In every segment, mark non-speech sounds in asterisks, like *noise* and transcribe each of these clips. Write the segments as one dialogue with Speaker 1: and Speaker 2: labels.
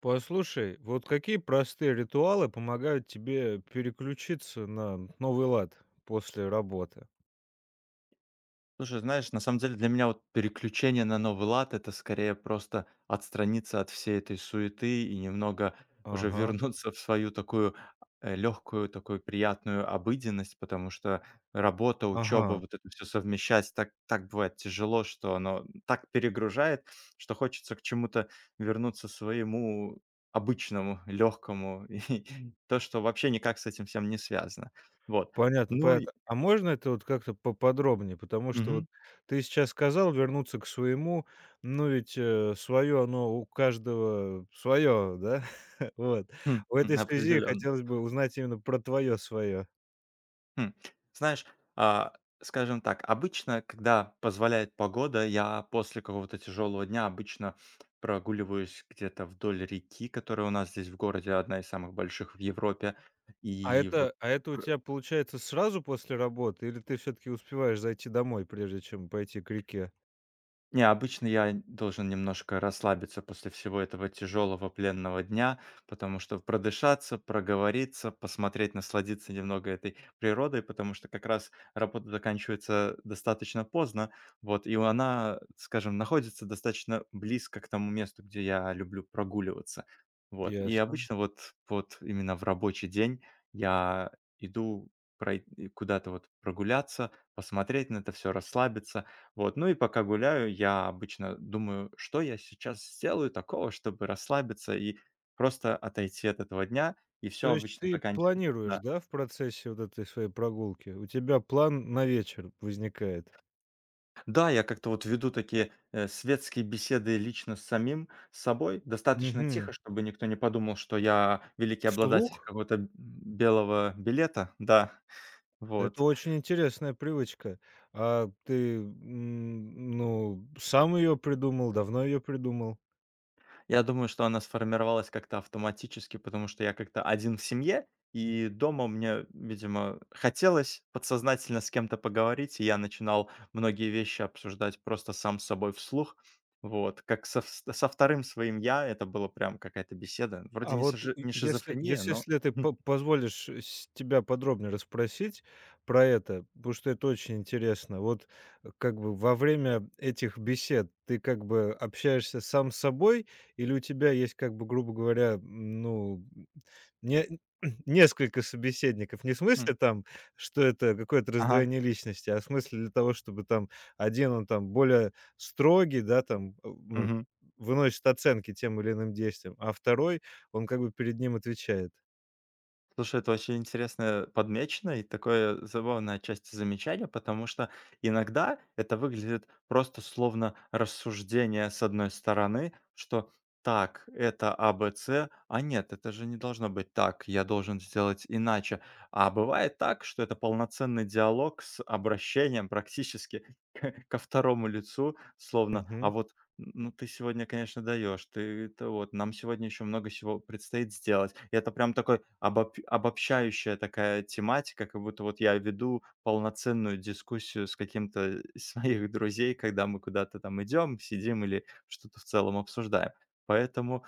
Speaker 1: Послушай, вот какие простые ритуалы помогают тебе переключиться на новый лад после работы?
Speaker 2: Слушай, знаешь, на самом деле для меня вот переключение на новый лад- это скорее просто отстраниться от всей этой суеты и немного уже
Speaker 1: Ага,
Speaker 2: вернуться в свою такую, легкую, такую приятную обыденность, потому что работа, учеба,
Speaker 1: ага.
Speaker 2: вот это все совмещать так бывает тяжело, что оно так перегружает, что хочется к чему-то вернуться своему обычному, легкому, *laughs* и то, что вообще никак с этим всем не связано. Вот.
Speaker 1: Понятно,
Speaker 2: Ну и
Speaker 1: понятно. А можно это вот как-то поподробнее? Потому что вот ты сейчас сказал вернуться к своему, но ведь, свое оно у каждого свое, да? *laughs* Вот.
Speaker 2: Хм,
Speaker 1: В этой связи
Speaker 2: определенно.
Speaker 1: хотелось бы узнать именно про твое свое.
Speaker 2: Хм. Знаешь, а, скажем так, обычно, когда позволяет погода, я после какого-то тяжелого дня обычно прогуливаюсь где-то вдоль реки, которая у нас здесь в городе одна из самых больших в Европе.
Speaker 1: А
Speaker 2: И вот
Speaker 1: это а это у тебя получается сразу после работы или ты все таки успеваешь зайти домой, прежде чем пойти к реке?
Speaker 2: не, обычно я должен немножко расслабиться после всего этого тяжелого пленного дня, потому что продышаться, проговориться, посмотреть, насладиться немного этой природой, потому что как раз работа заканчивается достаточно поздно, вот, и она, скажем, находится достаточно близко к тому месту, где я люблю прогуливаться, вот. И
Speaker 1: Ясно.
Speaker 2: обычно вот, вот именно в рабочий день я иду прой- куда-то вот прогуляться, посмотреть на это все, расслабиться, вот, ну и пока гуляю, я обычно думаю, что я сейчас сделаю такого, чтобы расслабиться и просто отойти от этого дня, и все
Speaker 1: То есть
Speaker 2: обычно
Speaker 1: ты
Speaker 2: заканчивается.
Speaker 1: планируешь,
Speaker 2: Да.
Speaker 1: да, в процессе вот этой своей прогулки? У тебя план на вечер возникает?
Speaker 2: Да, я как-то вот веду такие светские беседы лично с самим собой, достаточно
Speaker 1: Мгм.
Speaker 2: тихо, чтобы никто не подумал, что я великий обладатель
Speaker 1: Вслух?
Speaker 2: какого-то белого билета, да,
Speaker 1: Это
Speaker 2: вот.
Speaker 1: очень интересная привычка. А ты, ну, сам ее придумал, давно ее придумал?
Speaker 2: Я думаю, что она сформировалась как-то автоматически, потому что я как-то один в семье, и дома мне, видимо, хотелось подсознательно с кем-то поговорить, и я начинал многие вещи обсуждать просто сам с собой вслух. Вот, как со, со вторым своим я, это было прям какая-то беседа. Вроде
Speaker 1: А
Speaker 2: не,
Speaker 1: вот е
Speaker 2: не
Speaker 1: если
Speaker 2: шизофрения,
Speaker 1: если
Speaker 2: но...
Speaker 1: если ты по позволишь с тебя подробнее расспросить про это, потому что это очень интересно. Вот, как бы во время этих бесед ты как бы общаешься сам с собой или у тебя есть, как бы, грубо говоря, м, ну, м, не *clears throat* несколько собеседников? Не в смысле
Speaker 2: *laughs*
Speaker 1: там, что это какое-то
Speaker 2: Ага.
Speaker 1: раздвоение личности, а в смысле для того, чтобы там один он там более строгий, да, там, ну,
Speaker 2: Мгм.
Speaker 1: выносит оценки тем или иным действиям, а второй он как бы перед ним отвечает.
Speaker 2: Слушай, это очень интересно подмечено и такое забавное часть замечания, потому что иногда это выглядит просто словно рассуждение с одной стороны, что так, это А, Б, С, а нет, это же не должно быть так, я должен сделать иначе. А бывает так, что это полноценный диалог с обращением практически *laughs* ко второму лицу, словно, а
Speaker 1: Мгм.
Speaker 2: вот ну, ты сегодня, конечно, даешь. Ты это вот нам сегодня еще много всего предстоит сделать. И это прям такой обобщающая такая тематика, как будто вот я веду полноценную дискуссию с каким-то из своих друзей, когда мы куда-то там идем, сидим или что-то в целом обсуждаем. Поэтому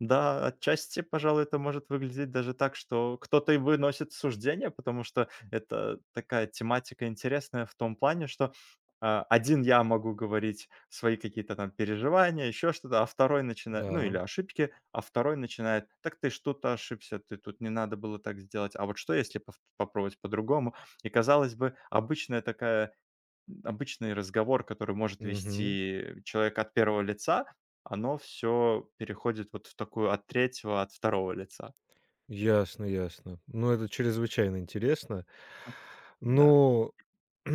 Speaker 2: да, отчасти, пожалуй, это может выглядеть даже так, что кто-то и выносит суждение, потому что это такая тематика интересная в том плане, что один я могу говорить свои какие-то там переживания, еще что-то, а второй начинает, ну или
Speaker 1: Да.
Speaker 2: ошибки, а второй начинает, так ты что-то ошибся, ты тут не надо было так сделать, а вот что если попробовать по-другому? И казалось бы, обычная такая обычный разговор, который может
Speaker 1: Мгм.
Speaker 2: вести человек от первого лица, оно все переходит вот в такую от третьего, от второго лица.
Speaker 1: Ясно, ясно. Ну, это чрезвычайно интересно.
Speaker 2: Да.
Speaker 1: Ну, *clears throat*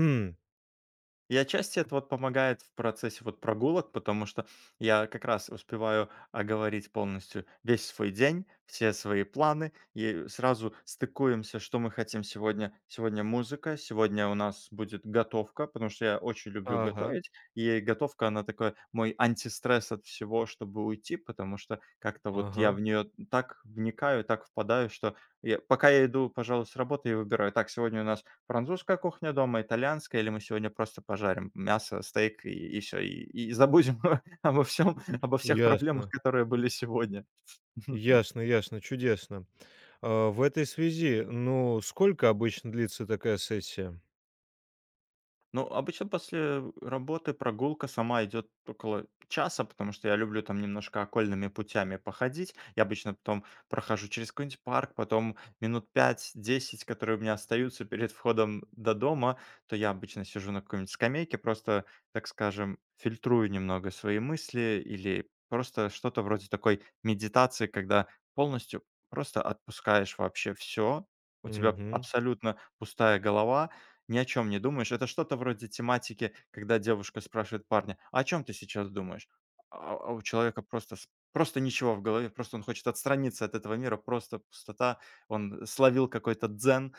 Speaker 2: И отчасти это вот помогает в процессе вот прогулок, потому что я как раз успеваю оговорить полностью весь свой день, все свои планы, и сразу стыкуемся, что мы хотим сегодня. Сегодня музыка, сегодня у нас будет готовка, потому что я очень люблю
Speaker 1: ага,
Speaker 2: готовить, и готовка, она такой мой антистресс от всего, чтобы уйти, потому что как-то вот
Speaker 1: ага,
Speaker 2: я в нее так вникаю, так впадаю, что я, пока я иду, пожалуй, с работы и выбираю, так, сегодня у нас французская кухня дома, итальянская, или мы сегодня просто пожарим мясо, стейк и всё, и забудем *laughs* обо всем, обо всех проблемах,
Speaker 1: ясно,
Speaker 2: которые были сегодня. *laughs*
Speaker 1: ясно, ясно, чудесно. А, в этой связи, ну, сколько обычно длится такая сессия?
Speaker 2: Ну, обычно после работы прогулка сама идет около часа, потому что я люблю там немножко окольными путями походить. Я обычно потом прохожу через какой-нибудь парк, потом минут пять-десять, которые у меня остаются перед входом до дома, то я обычно сижу на какой-нибудь скамейке, просто, так скажем, фильтрую немного свои мысли или просто что-то вроде такой медитации, когда полностью просто отпускаешь вообще все, у тебя
Speaker 1: Мгм,
Speaker 2: абсолютно пустая голова, ни о чем не думаешь. Это что-то вроде тематики, когда девушка спрашивает парня: «А "О чем ты сейчас думаешь?" А у человека просто с просто ничего в голове, просто он хочет отстраниться от этого мира, просто пустота. Он словил какой-то дзен,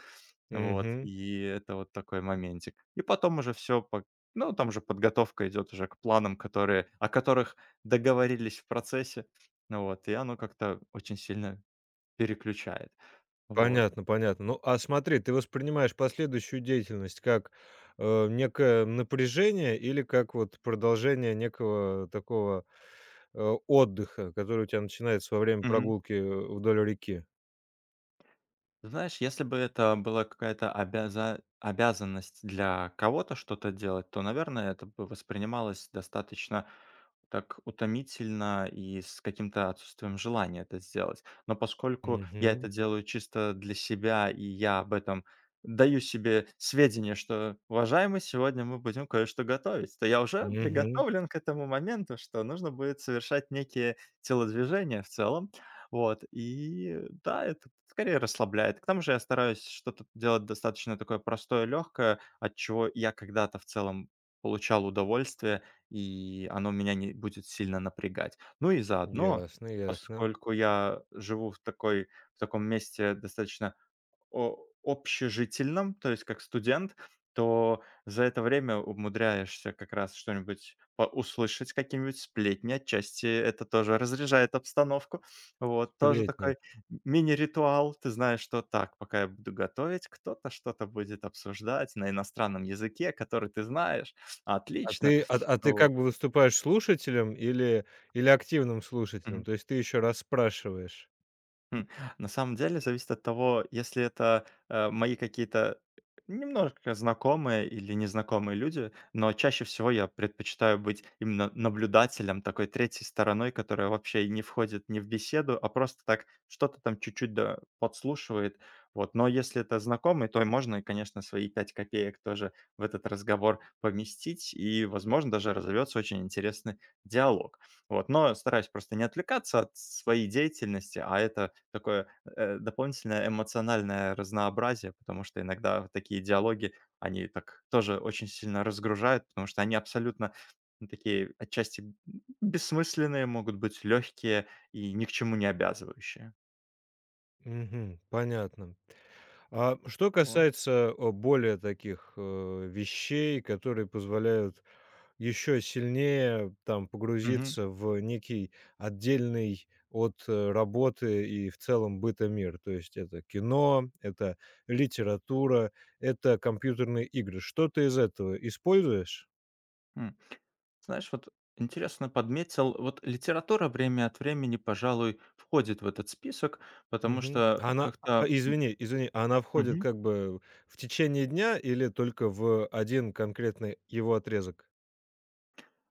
Speaker 2: вот,
Speaker 1: мгм.
Speaker 2: и это вот такой моментик. И потом уже все, по ну, там же подготовка идет уже к планам, которые о которых договорились в процессе. Ну вот, и оно как-то очень сильно переключает. Вот.
Speaker 1: Понятно, понятно. Ну, а смотри, ты воспринимаешь последующую деятельность как, некое напряжение или как вот продолжение некого такого отдыха, который у тебя начинается во время прогулки, вдоль реки.
Speaker 2: Ты знаешь, если бы это была какая-то обязанность для кого-то что-то делать, то, наверное, это бы воспринималось достаточно так утомительно и с каким-то отсутствием желания это сделать. Но поскольку я
Speaker 1: Мгм.
Speaker 2: это делаю чисто для себя, и я об этом даю себе сведения, что, уважаемый, сегодня мы будем кое-что готовить, то я уже
Speaker 1: Мгм.
Speaker 2: приготовлен к этому моменту, что нужно будет совершать некие телодвижения в целом, вот, и да, это скорее расслабляет. К тому же я стараюсь что-то делать достаточно такое простое, легкое, от чего я когда-то в целом получал удовольствие, и оно меня не будет сильно напрягать. Ну и заодно,
Speaker 1: Ясно, ясно.
Speaker 2: поскольку я живу в такой в таком месте достаточно о общежительном, то есть как студент, то за это время умудряешься как раз что-нибудь по услышать, какие-нибудь сплетни. Отчасти это тоже разряжает обстановку. Вот, тоже
Speaker 1: Сплетни.
Speaker 2: такой мини-ритуал. Ты знаешь, что так, пока я буду готовить, кто-то что-то будет обсуждать на иностранном языке, который ты знаешь. Отлично.
Speaker 1: А ты
Speaker 2: Вот.
Speaker 1: как бы выступаешь слушателем или или активным слушателем? То есть ты еще раз спрашиваешь.
Speaker 2: Хм, на самом деле зависит от того, если это, мои какие-то немножко знакомые или незнакомые люди, но чаще всего я предпочитаю быть именно наблюдателем, такой третьей стороной, которая вообще и не входит ни в беседу, а просто так что-то там чуть-чуть, да, подслушивает. Вот. Но если это знакомый, то и можно, конечно, свои 5 копеек тоже в этот разговор поместить, и, возможно, даже разовьется очень интересный диалог. Вот, но стараюсь просто не отвлекаться от своей деятельности, а это такое, дополнительное эмоциональное разнообразие, потому что иногда вот такие диалоги, они так тоже очень сильно разгружают, потому что они абсолютно, ну, такие отчасти б бессмысленные, могут быть легкие и ни к чему не обязывающие.
Speaker 1: Мгм. Понятно. А что
Speaker 2: Вот.
Speaker 1: касается, более таких, вещей, которые позволяют еще сильнее там
Speaker 2: Мгм.
Speaker 1: погрузиться в некий отдельный от, работы и в целом быта мир. То есть это кино, это литература, это компьютерные игры. Что ты из этого используешь?
Speaker 2: М. Знаешь, вот интересно подметил, вот литература время от времени, пожалуй, входит в этот список, потому
Speaker 1: Мгм.
Speaker 2: что
Speaker 1: Она
Speaker 2: как-то
Speaker 1: извини, а она входит как бы в течение дня или только в один конкретный его отрезок?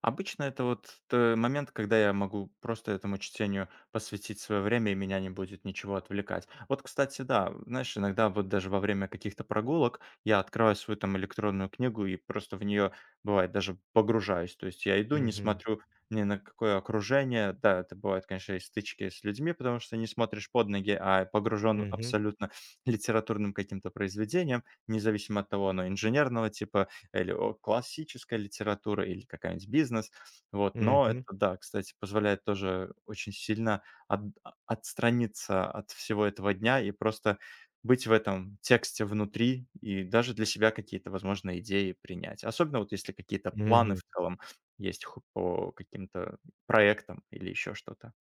Speaker 2: обычно это вот т момент, когда я могу просто этому чтению посвятить свое время, и меня не будет ничего отвлекать. Вот, кстати, да, знаешь, иногда вот даже во время каких-то прогулок я открываю свою там электронную книгу и просто в нее, бывает, даже погружаюсь. То есть я иду, не
Speaker 1: Мгм.
Speaker 2: смотрю ни на какое окружение. Да, это бывает, конечно, и стычки с людьми, потому что не смотришь под ноги, а погружен
Speaker 1: Мгм.
Speaker 2: абсолютно литературным каким-то произведением, независимо от того, оно инженерного типа или о классическая литература, или какая-нибудь бизнес. Вот, но это,
Speaker 1: Мгм.
Speaker 2: да, кстати, позволяет тоже очень сильно от отстраниться от всего этого дня и просто быть в этом тексте внутри и даже для себя какие-то, возможно, идеи принять. Особенно вот если какие-то планы
Speaker 1: Мгм.
Speaker 2: в целом есть ху по каким-то проектам или еще что-то.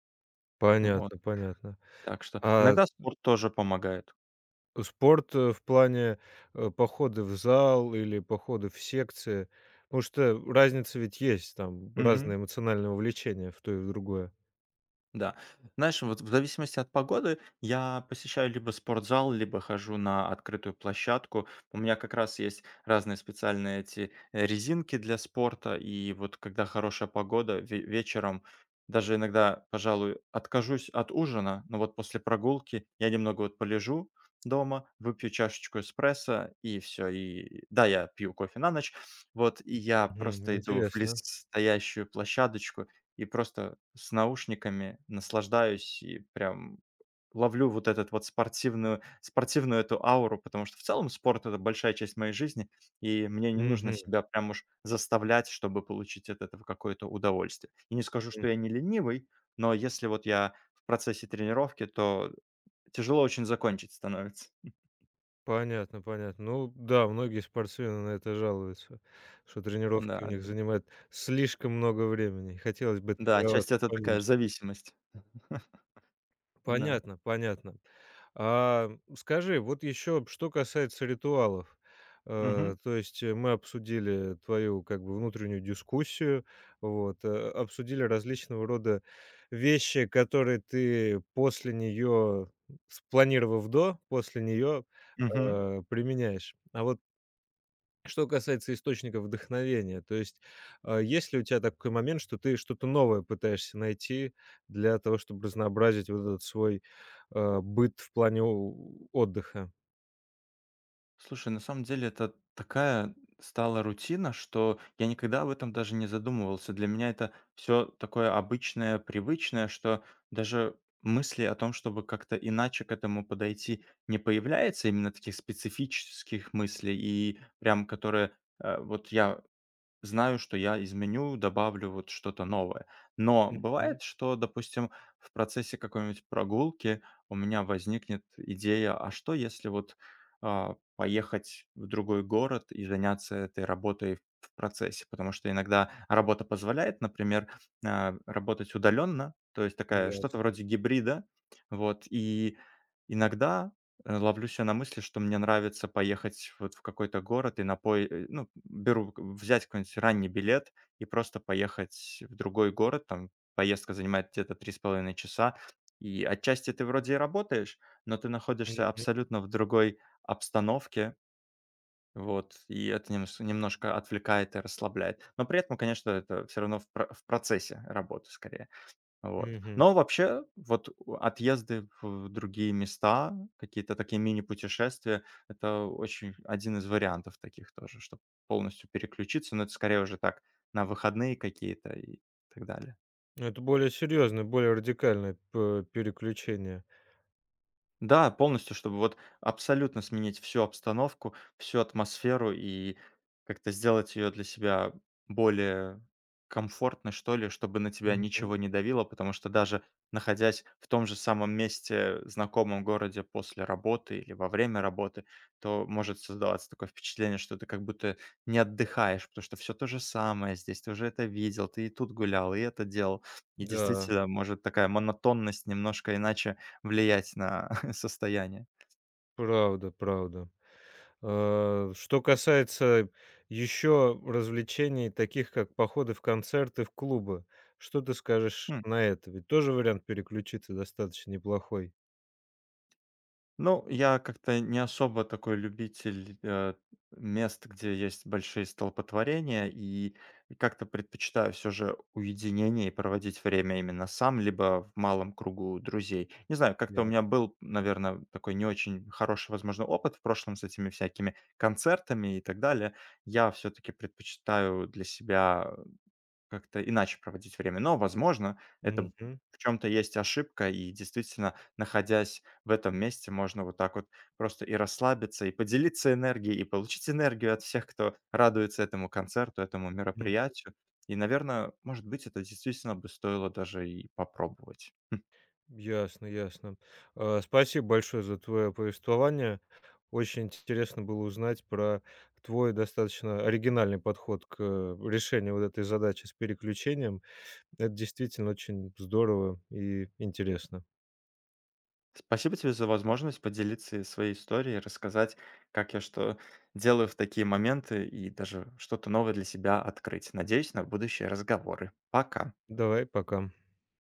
Speaker 2: Вот,
Speaker 1: Понятно, понятно.
Speaker 2: так что
Speaker 1: А
Speaker 2: иногда спорт тоже помогает.
Speaker 1: спорт, в плане, походы в зал или походы в секции? Потому что разница ведь есть, там разное эмоциональное вовлечение в то и в другое.
Speaker 2: Да. Знаешь, вот в зависимости от погоды я посещаю либо спортзал, либо хожу на открытую площадку. У меня как раз есть разные специальные эти резинки для спорта, и вот когда хорошая погода, вечером даже иногда, пожалуй, откажусь от ужина, но вот после прогулки я немного вот полежу дома, выпью чашечку эспрессо, и все, и да, я пью кофе на ночь, вот, и я
Speaker 1: Мгм.
Speaker 2: просто иду в лес
Speaker 1: Интересно.
Speaker 2: стоящую площадочку, и просто с наушниками наслаждаюсь и прям ловлю вот этот вот спортивную эту ауру, потому что в целом спорт- это большая часть моей жизни, и мне не нужно
Speaker 1: Мгм.
Speaker 2: себя прям уж заставлять, чтобы получить от этого какое-то удовольствие. И не скажу,
Speaker 1: М.
Speaker 2: что я не ленивый, но если вот я в процессе тренировки, то тяжело очень закончить становится.
Speaker 1: Понятно, понятно. Ну да, многие спортсмены на это жалуются, что тренировки у
Speaker 2: Да,
Speaker 1: них
Speaker 2: да.
Speaker 1: занимают слишком много времени, хотелось бы
Speaker 2: Да, отчасти
Speaker 1: тренироваться
Speaker 2: это такая
Speaker 1: поменьше.
Speaker 2: зависимость. *laughs* Да.
Speaker 1: Понятно, понятно. А, скажи, вот еще, что касается ритуалов.
Speaker 2: Мгм.
Speaker 1: То есть мы обсудили твою как бы внутреннюю дискуссию, вот, обсудили различного рода вещи, которые ты после нее, спланировав до, после нее
Speaker 2: Мгм.
Speaker 1: применяешь. А вот что касается источников вдохновения, то есть, есть ли у тебя такой момент, что ты что-то новое пытаешься найти для того, чтобы разнообразить вот этот свой, быт в плане о отдыха?
Speaker 2: Слушай, на самом деле это такая стала рутина, что я никогда об этом даже не задумывался. Для меня это все такое обычное, привычное, что даже мысли о том, чтобы как-то иначе к этому подойти, не появляется именно таких специфических мыслей и прям которые вот я знаю, что я изменю, добавлю вот что-то новое. Но
Speaker 1: Мгм.
Speaker 2: бывает, что, допустим, в процессе какой-нибудь прогулки у меня возникнет идея, а что если вот поехать в другой город и заняться этой работой в процессе? Потому что иногда работа позволяет, например, работать удаленно, то есть такая что-то
Speaker 1: Ясно.
Speaker 2: вроде гибрида, вот, и иногда ловлю себя на мысли, что мне нравится поехать вот в какой-то город и на пое ну, беру к взять какой-нибудь ранний билет и просто поехать в другой город. Там поездка занимает где-то 3,5 часа. И отчасти ты вроде и работаешь, но ты находишься
Speaker 1: Мгм.
Speaker 2: абсолютно в другой обстановке, вот, и это немс немножко отвлекает и расслабляет. Но при этом, конечно, это все равно в процессе работы скорее. Вот.
Speaker 1: Мгм.
Speaker 2: Но вообще, вот у отъезды в другие места, какие-то такие мини-путешествия- это очень один из вариантов таких тоже, чтобы полностью переключиться. Но это скорее уже так, на выходные какие-то и так далее.
Speaker 1: Ну, это более серьезное, более радикальное п переключение.
Speaker 2: Да, полностью, чтобы вот абсолютно сменить всю обстановку, всю атмосферу и как-то сделать ее для себя более комфортной, что ли, чтобы на тебя
Speaker 1: Мгм.
Speaker 2: ничего не давило, потому что даже находясь в том же самом месте, знакомом городе после работы или во время работы, то может создаваться такое впечатление, что ты как будто не отдыхаешь, потому что все то же самое здесь, ты уже это видел, ты и тут гулял, и это делал. И
Speaker 1: Да,
Speaker 2: действительно, может такая монотонность немножко иначе влиять на *laughs* состояние.
Speaker 1: правда, правда. Э, что касается еще развлечений, таких как походы в концерты, в клубы, что ты скажешь
Speaker 2: Хм.
Speaker 1: на это? Ведь тоже вариант переключиться достаточно неплохой.
Speaker 2: Ну, я как-то не особо такой любитель, мест, где есть большие столпотворения, и как-то предпочитаю все же уединение и проводить время именно сам, либо в малом кругу друзей. Не знаю, как-то
Speaker 1: Я.
Speaker 2: у меня был, наверное, такой не очень хороший, возможно, опыт в прошлом с этими всякими концертами и так далее. Я все таки предпочитаю для себя как-то иначе проводить время. Но, возможно, это
Speaker 1: Мгм.
Speaker 2: в чем то есть ошибка, и действительно, находясь в этом месте, можно вот так вот просто и расслабиться, и поделиться энергией, и получить энергию от всех, кто радуется этому концерту, этому
Speaker 1: М.
Speaker 2: мероприятию. И, наверное, может быть, это действительно бы стоило даже и попробовать. Хм.
Speaker 1: Ясно, ясно. Э, спасибо большое за твое повествование. Очень интересно было узнать про твой достаточно оригинальный подход к, решению вот этой задачи с переключением. Это действительно очень здорово и интересно.
Speaker 2: Спасибо тебе за возможность поделиться и своей историей, рассказать, как я что делаю в такие моменты, и даже что-то новое для себя открыть. Надеюсь на будущие разговоры. Пока.
Speaker 1: Давай, пока.